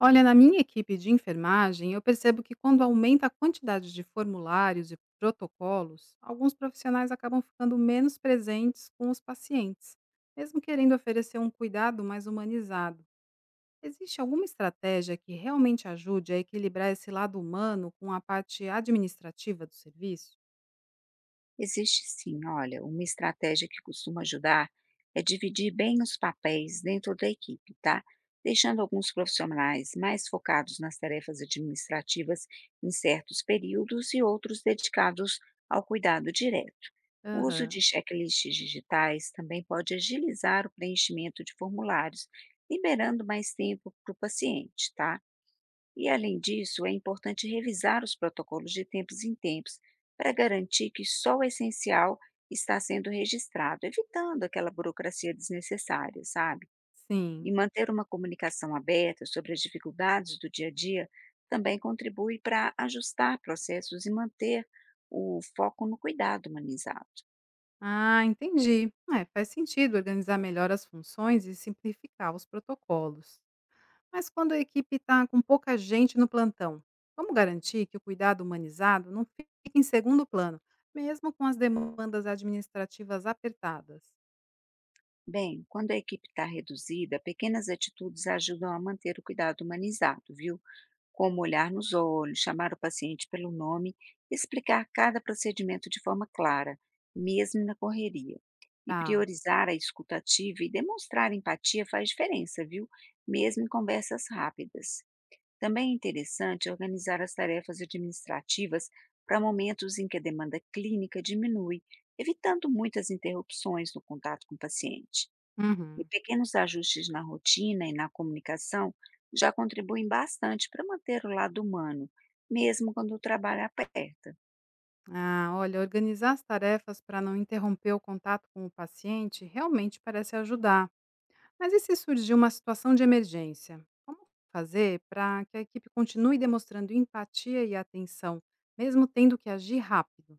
Olha, na minha equipe de enfermagem, eu percebo que quando aumenta a quantidade de formulários e protocolos, alguns profissionais acabam ficando menos presentes com os pacientes, mesmo querendo oferecer um cuidado mais humanizado. Existe alguma estratégia que realmente ajude a equilibrar esse lado humano com a parte administrativa do serviço? Existe sim, olha, uma estratégia que costuma ajudar é dividir bem os papéis dentro da equipe, tá? Deixando alguns profissionais mais focados nas tarefas administrativas em certos períodos e outros dedicados ao cuidado direto. O uso Aham, de checklists digitais também pode agilizar o preenchimento de formulários, liberando mais tempo para o paciente, tá? E, além disso, é importante revisar os protocolos de tempos em tempos para garantir que só o essencial está sendo registrado, evitando aquela burocracia desnecessária, sabe? sim. E manter uma comunicação aberta sobre as dificuldades do dia a dia também contribui para ajustar processos e manter o foco no cuidado humanizado. Ah, entendi. É, faz sentido organizar melhor as funções e simplificar os protocolos. Mas quando a equipe está com pouca gente no plantão, como garantir que o cuidado humanizado não fique em segundo plano, mesmo com as demandas administrativas apertadas? Bem, quando a equipe está reduzida, pequenas atitudes ajudam a manter o cuidado humanizado, viu? Como olhar nos olhos, chamar o paciente pelo nome, explicar cada procedimento de forma clara, mesmo na correria. E Tá. priorizar a escuta ativa e demonstrar empatia faz diferença, viu? Mesmo em conversas rápidas. Também é interessante organizar as tarefas administrativas para momentos em que a demanda clínica diminui, evitando muitas interrupções no contato com o paciente. E Uhum. pequenos ajustes na rotina e na comunicação já contribuem bastante para manter o lado humano, mesmo quando o trabalho aperta. Ah, olha, organizar as tarefas para não interromper o contato com o paciente realmente parece ajudar. Mas e se surgir uma situação de emergência? Como fazer para que a equipe continue demonstrando empatia e atenção, mesmo tendo que agir rápido?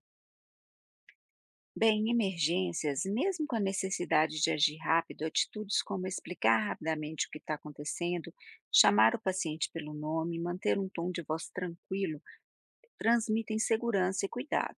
Bem, em emergências, mesmo com a necessidade de agir rápido, atitudes como explicar rapidamente o que está acontecendo, chamar o paciente pelo nome, manter um tom de voz tranquilo, transmitem segurança e cuidado.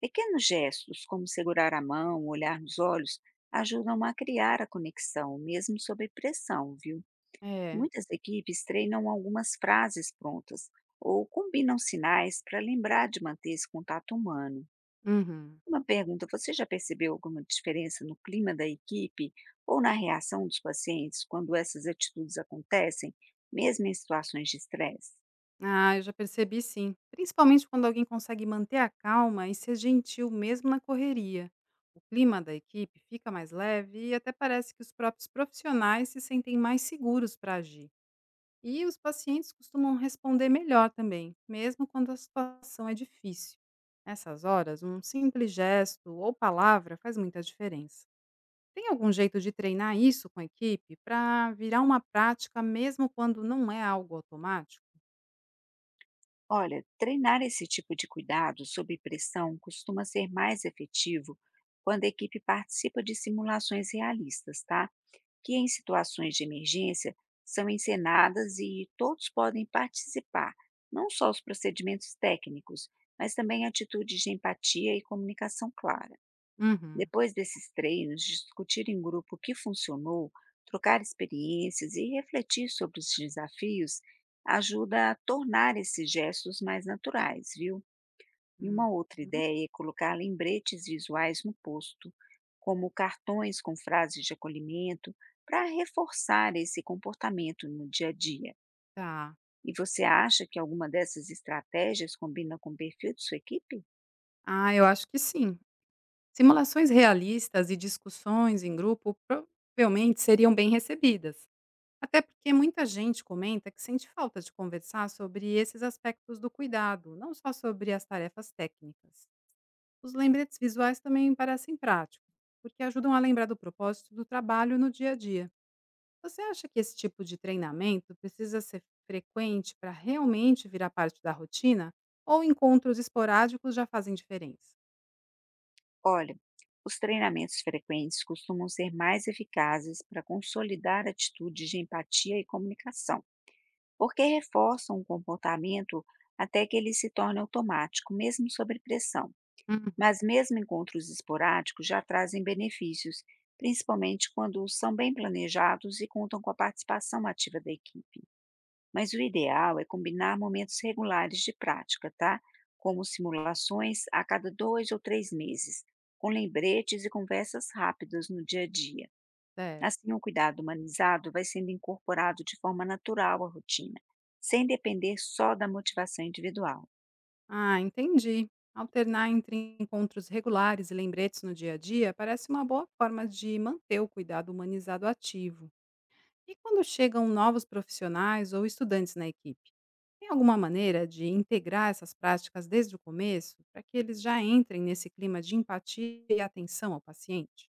Pequenos gestos, como segurar a mão, olhar nos olhos, ajudam a criar a conexão, mesmo sob pressão, viu? É. Muitas equipes treinam algumas frases prontas ou combinam sinais para lembrar de manter esse contato humano. Uhum. Uma pergunta: você já percebeu alguma diferença no clima da equipe ou na reação dos pacientes quando essas atitudes acontecem, mesmo em situações de estresse? Ah, eu já percebi sim. Principalmente quando alguém consegue manter a calma e ser gentil mesmo na correria. O clima da equipe fica mais leve e até parece que os próprios profissionais se sentem mais seguros para agir. E os pacientes costumam responder melhor também, mesmo quando a situação é difícil. Nessas horas, um simples gesto ou palavra faz muita diferença. Tem algum jeito de treinar isso com a equipe para virar uma prática mesmo quando não é algo automático? Olha, treinar esse tipo de cuidado sob pressão costuma ser mais efetivo quando a equipe participa de simulações realistas, tá? Que em situações de emergência são encenadas e todos podem participar, não só os procedimentos técnicos, mas também atitudes de empatia e comunicação clara. Uhum. Depois desses treinos, discutir em grupo o que funcionou, trocar experiências e refletir sobre os desafios ajuda a tornar esses gestos mais naturais, viu? E Uhum, uma outra ideia é colocar lembretes visuais no posto, como cartões com frases de acolhimento, para reforçar esse comportamento no dia a dia. tá. E você acha que alguma dessas estratégias combina com o perfil de sua equipe? Ah, eu acho que sim. Simulações realistas e discussões em grupo provavelmente seriam bem recebidas. Até porque muita gente comenta que sente falta de conversar sobre esses aspectos do cuidado, não só sobre as tarefas técnicas. Os lembretes visuais também parecem práticos, porque ajudam a lembrar do propósito do trabalho no dia a dia. Você acha que esse tipo de treinamento precisa ser frequente para realmente virar parte da rotina? Ou encontros esporádicos já fazem diferença? Olha, os treinamentos frequentes costumam ser mais eficazes para consolidar atitudes de empatia e comunicação, porque reforçam o comportamento até que ele se torne automático, mesmo sob pressão. Uhum. Mas mesmo encontros esporádicos já trazem benefícios, principalmente quando são bem planejados e contam com a participação ativa da equipe. Mas o ideal é combinar momentos regulares de prática, tá? Como simulações a cada dois ou três meses, com lembretes e conversas rápidas no dia a dia. Certo. Assim, o cuidado humanizado vai sendo incorporado de forma natural à rotina, sem depender só da motivação individual. Ah, entendi. Alternar entre encontros regulares e lembretes no dia a dia parece uma boa forma de manter o cuidado humanizado ativo. E quando chegam novos profissionais ou estudantes na equipe? Tem alguma maneira de integrar essas práticas desde o começo para que eles já entrem nesse clima de empatia e atenção ao paciente?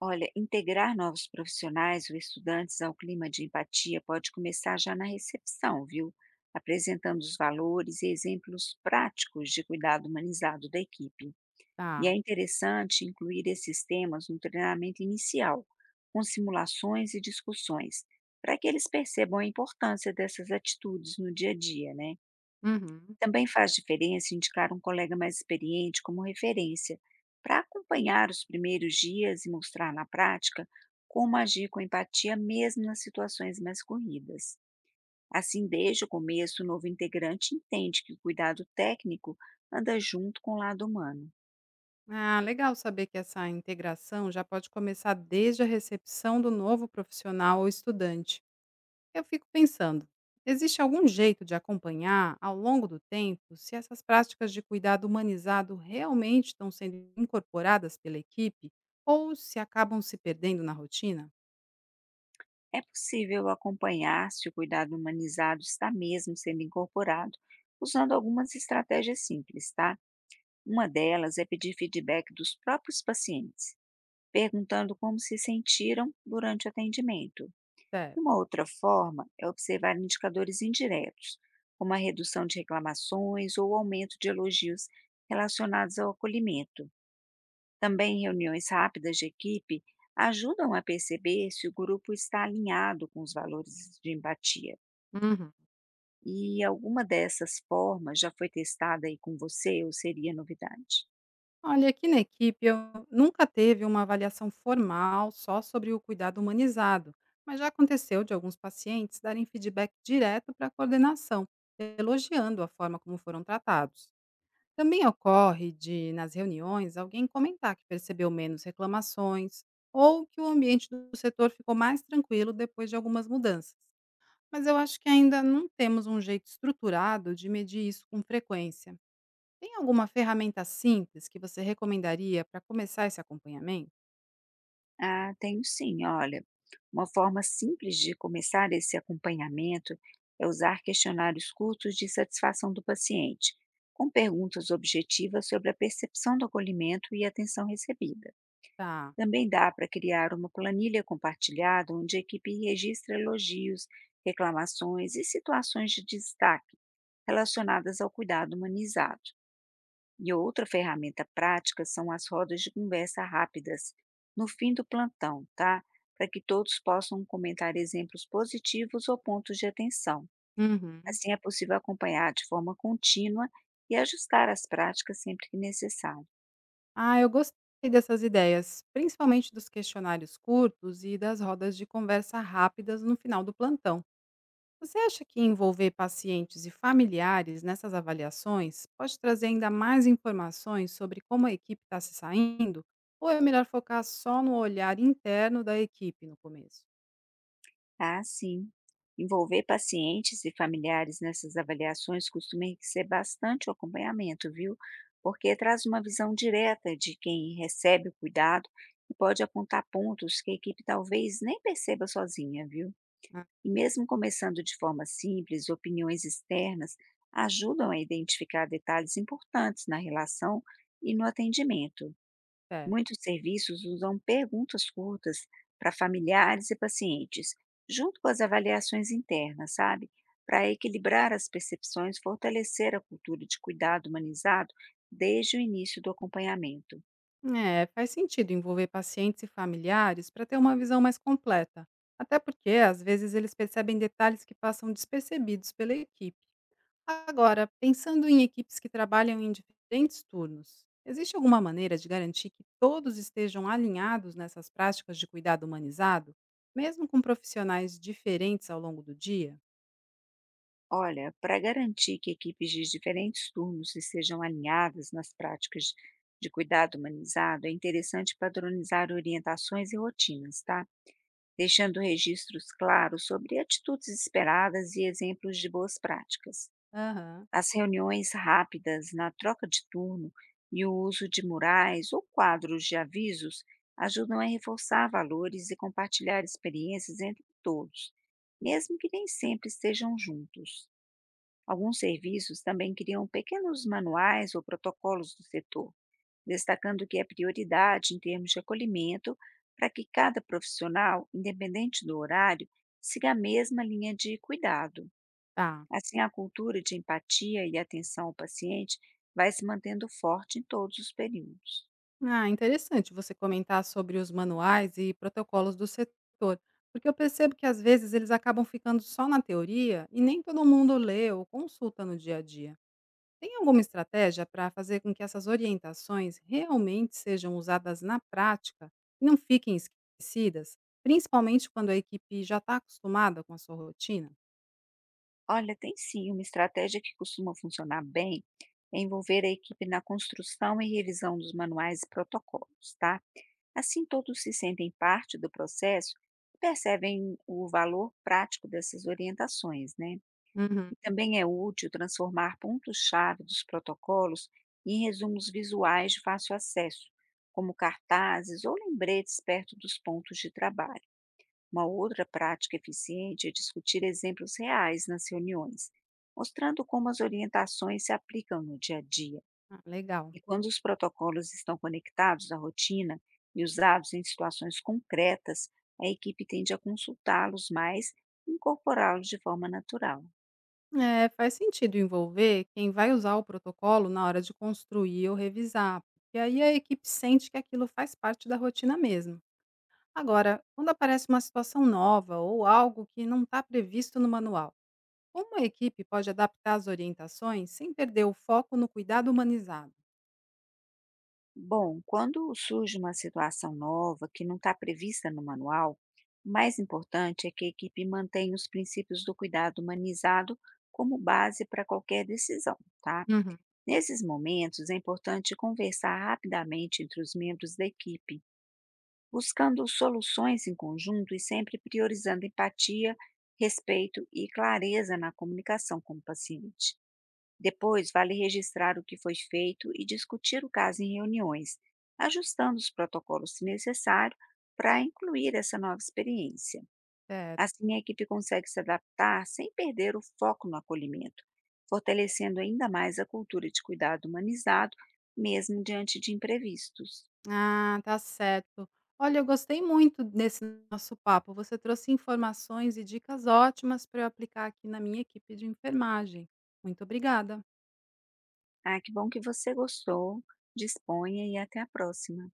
Olha, integrar novos profissionais ou estudantes ao clima de empatia pode começar já na recepção, viu? Apresentando os valores e exemplos práticos de cuidado humanizado da equipe. E é Tá. interessante incluir esses temas no treinamento inicial, com simulações e discussões, para que eles percebam a importância dessas atitudes no dia a dia, né? Uhum. Também faz diferença indicar um colega mais experiente como referência, para acompanhar os primeiros dias e mostrar na prática como agir com empatia mesmo nas situações mais corridas. Assim, desde o começo, o novo integrante entende que o cuidado técnico anda junto com o lado humano. Ah, legal saber que essa integração já pode começar desde a recepção do novo profissional ou estudante. Eu fico pensando, existe algum jeito de acompanhar ao longo do tempo se essas práticas de cuidado humanizado realmente estão sendo incorporadas pela equipe ou se acabam se perdendo na rotina? É possível acompanhar se o cuidado humanizado está mesmo sendo incorporado, usando algumas estratégias simples, tá? Uma delas é pedir feedback dos próprios pacientes perguntando como se sentiram durante o atendimento. Certo. Uma outra forma é observar indicadores indiretos, como a redução de reclamações ou o aumento de elogios relacionados ao acolhimento. Também reuniões rápidas de equipe ajudam a perceber se o grupo está alinhado com os valores de empatia. E alguma dessas formas já foi testada aí com você ou seria novidade? Olha, aqui na equipe eu nunca teve uma avaliação formal só sobre o cuidado humanizado, mas já aconteceu de alguns pacientes darem feedback direto para a coordenação, elogiando a forma como foram tratados. Também ocorre de, nas reuniões, alguém comentar que percebeu menos reclamações ou que o ambiente do setor ficou mais tranquilo depois de algumas mudanças. Mas eu acho que ainda não temos um jeito estruturado de medir isso com frequência. Tem alguma ferramenta simples que você recomendaria para começar esse acompanhamento? Ah, tenho sim, olha. Uma forma simples de começar esse acompanhamento é usar questionários curtos de satisfação do paciente, com perguntas objetivas sobre a percepção do acolhimento e atenção recebida. Tá. Também dá para criar uma planilha compartilhada onde a equipe registra elogios, reclamações e situações de destaque relacionadas ao cuidado humanizado. E outra ferramenta prática são as rodas de conversa rápidas, no fim do plantão, tá? Para que todos possam comentar exemplos positivos ou pontos de atenção. Uhum. Assim é possível acompanhar de forma contínua e ajustar as práticas sempre que necessário. Ah, eu gostei dessas ideias, principalmente dos questionários curtos e das rodas de conversa rápidas no final do plantão. Você acha que envolver pacientes e familiares nessas avaliações pode trazer ainda mais informações sobre como a equipe está se saindo? Ou é melhor focar só no olhar interno da equipe no começo? Ah, sim. Envolver pacientes e familiares nessas avaliações costuma enriquecer bastante o acompanhamento, viu? Porque traz uma visão direta de quem recebe o cuidado e pode apontar pontos que a equipe talvez nem perceba sozinha, viu? Ah, E mesmo começando de forma simples, opiniões externas ajudam a identificar detalhes importantes na relação e no atendimento. certo. Muitos serviços usam perguntas curtas para familiares e pacientes, junto com as avaliações internas, sabe? Para equilibrar as percepções, fortalecer a cultura de cuidado humanizado desde o início do acompanhamento. É, faz sentido envolver pacientes e familiares para ter uma visão mais completa, até porque às vezes eles percebem detalhes que passam despercebidos pela equipe. Agora, pensando em equipes que trabalham em diferentes turnos, existe alguma maneira de garantir que todos estejam alinhados nessas práticas de cuidado humanizado, mesmo com profissionais diferentes ao longo do dia? Olha, para garantir que equipes de diferentes turnos estejam alinhadas nas práticas de cuidado humanizado, é interessante padronizar orientações e rotinas, tá? Deixando registros claros sobre atitudes esperadas e exemplos de boas práticas. Aham, As reuniões rápidas na troca de turno e o uso de murais ou quadros de avisos ajudam a reforçar valores e compartilhar experiências entre todos, mesmo que nem sempre estejam juntos. Alguns serviços também criam pequenos manuais ou protocolos do setor, destacando o que é prioridade em termos de acolhimento, para que cada profissional, independente do horário, siga a mesma linha de cuidado. tá. Assim, a cultura de empatia e atenção ao paciente vai se mantendo forte em todos os períodos. Ah, interessante você comentar sobre os manuais e protocolos do setor, porque eu percebo que às vezes eles acabam ficando só na teoria e nem todo mundo lê ou consulta no dia a dia. Tem alguma estratégia para fazer com que essas orientações realmente sejam usadas na prática e não fiquem esquecidas, principalmente quando a equipe já está acostumada com a sua rotina? Olha, tem sim uma estratégia que costuma funcionar bem, é envolver a equipe na construção e revisão dos manuais e protocolos, tá? Assim todos se sentem parte do processo e percebem o valor prático dessas orientações, né? Uhum. E também é útil transformar pontos-chave dos protocolos em resumos visuais de fácil acesso, como cartazes ou lembretes perto dos pontos de trabalho. Uma outra prática eficiente é discutir exemplos reais nas reuniões, mostrando como as orientações se aplicam no dia a dia. Ah, legal. E quando os protocolos estão conectados à rotina e usados em situações concretas, a equipe tende a consultá-los mais e incorporá-los de forma natural. É, faz sentido envolver quem vai usar o protocolo na hora de construir ou revisar, porque aí a equipe sente que aquilo faz parte da rotina mesmo. Agora, quando aparece uma situação nova ou algo que não está previsto no manual, como a equipe pode adaptar as orientações sem perder o foco no cuidado humanizado? Bom, quando surge uma situação nova que não está prevista no manual, o mais importante é que a equipe mantenha os princípios do cuidado humanizado como base para qualquer decisão, tá? Uhum. Nesses momentos, é importante conversar rapidamente entre os membros da equipe, buscando soluções em conjunto e sempre priorizando empatia, respeito e clareza na comunicação com o paciente. Depois, vale registrar o que foi feito e discutir o caso em reuniões, ajustando os protocolos se necessário para incluir essa nova experiência. Certo. Assim, a equipe consegue se adaptar sem perder o foco no acolhimento, fortalecendo ainda mais a cultura de cuidado humanizado, mesmo diante de imprevistos. Ah, tá certo. Olha, eu gostei muito desse nosso papo. Você trouxe informações e dicas ótimas para eu aplicar aqui na minha equipe de enfermagem. Muito obrigada. Ah, que bom que você gostou. Disponha e até a próxima.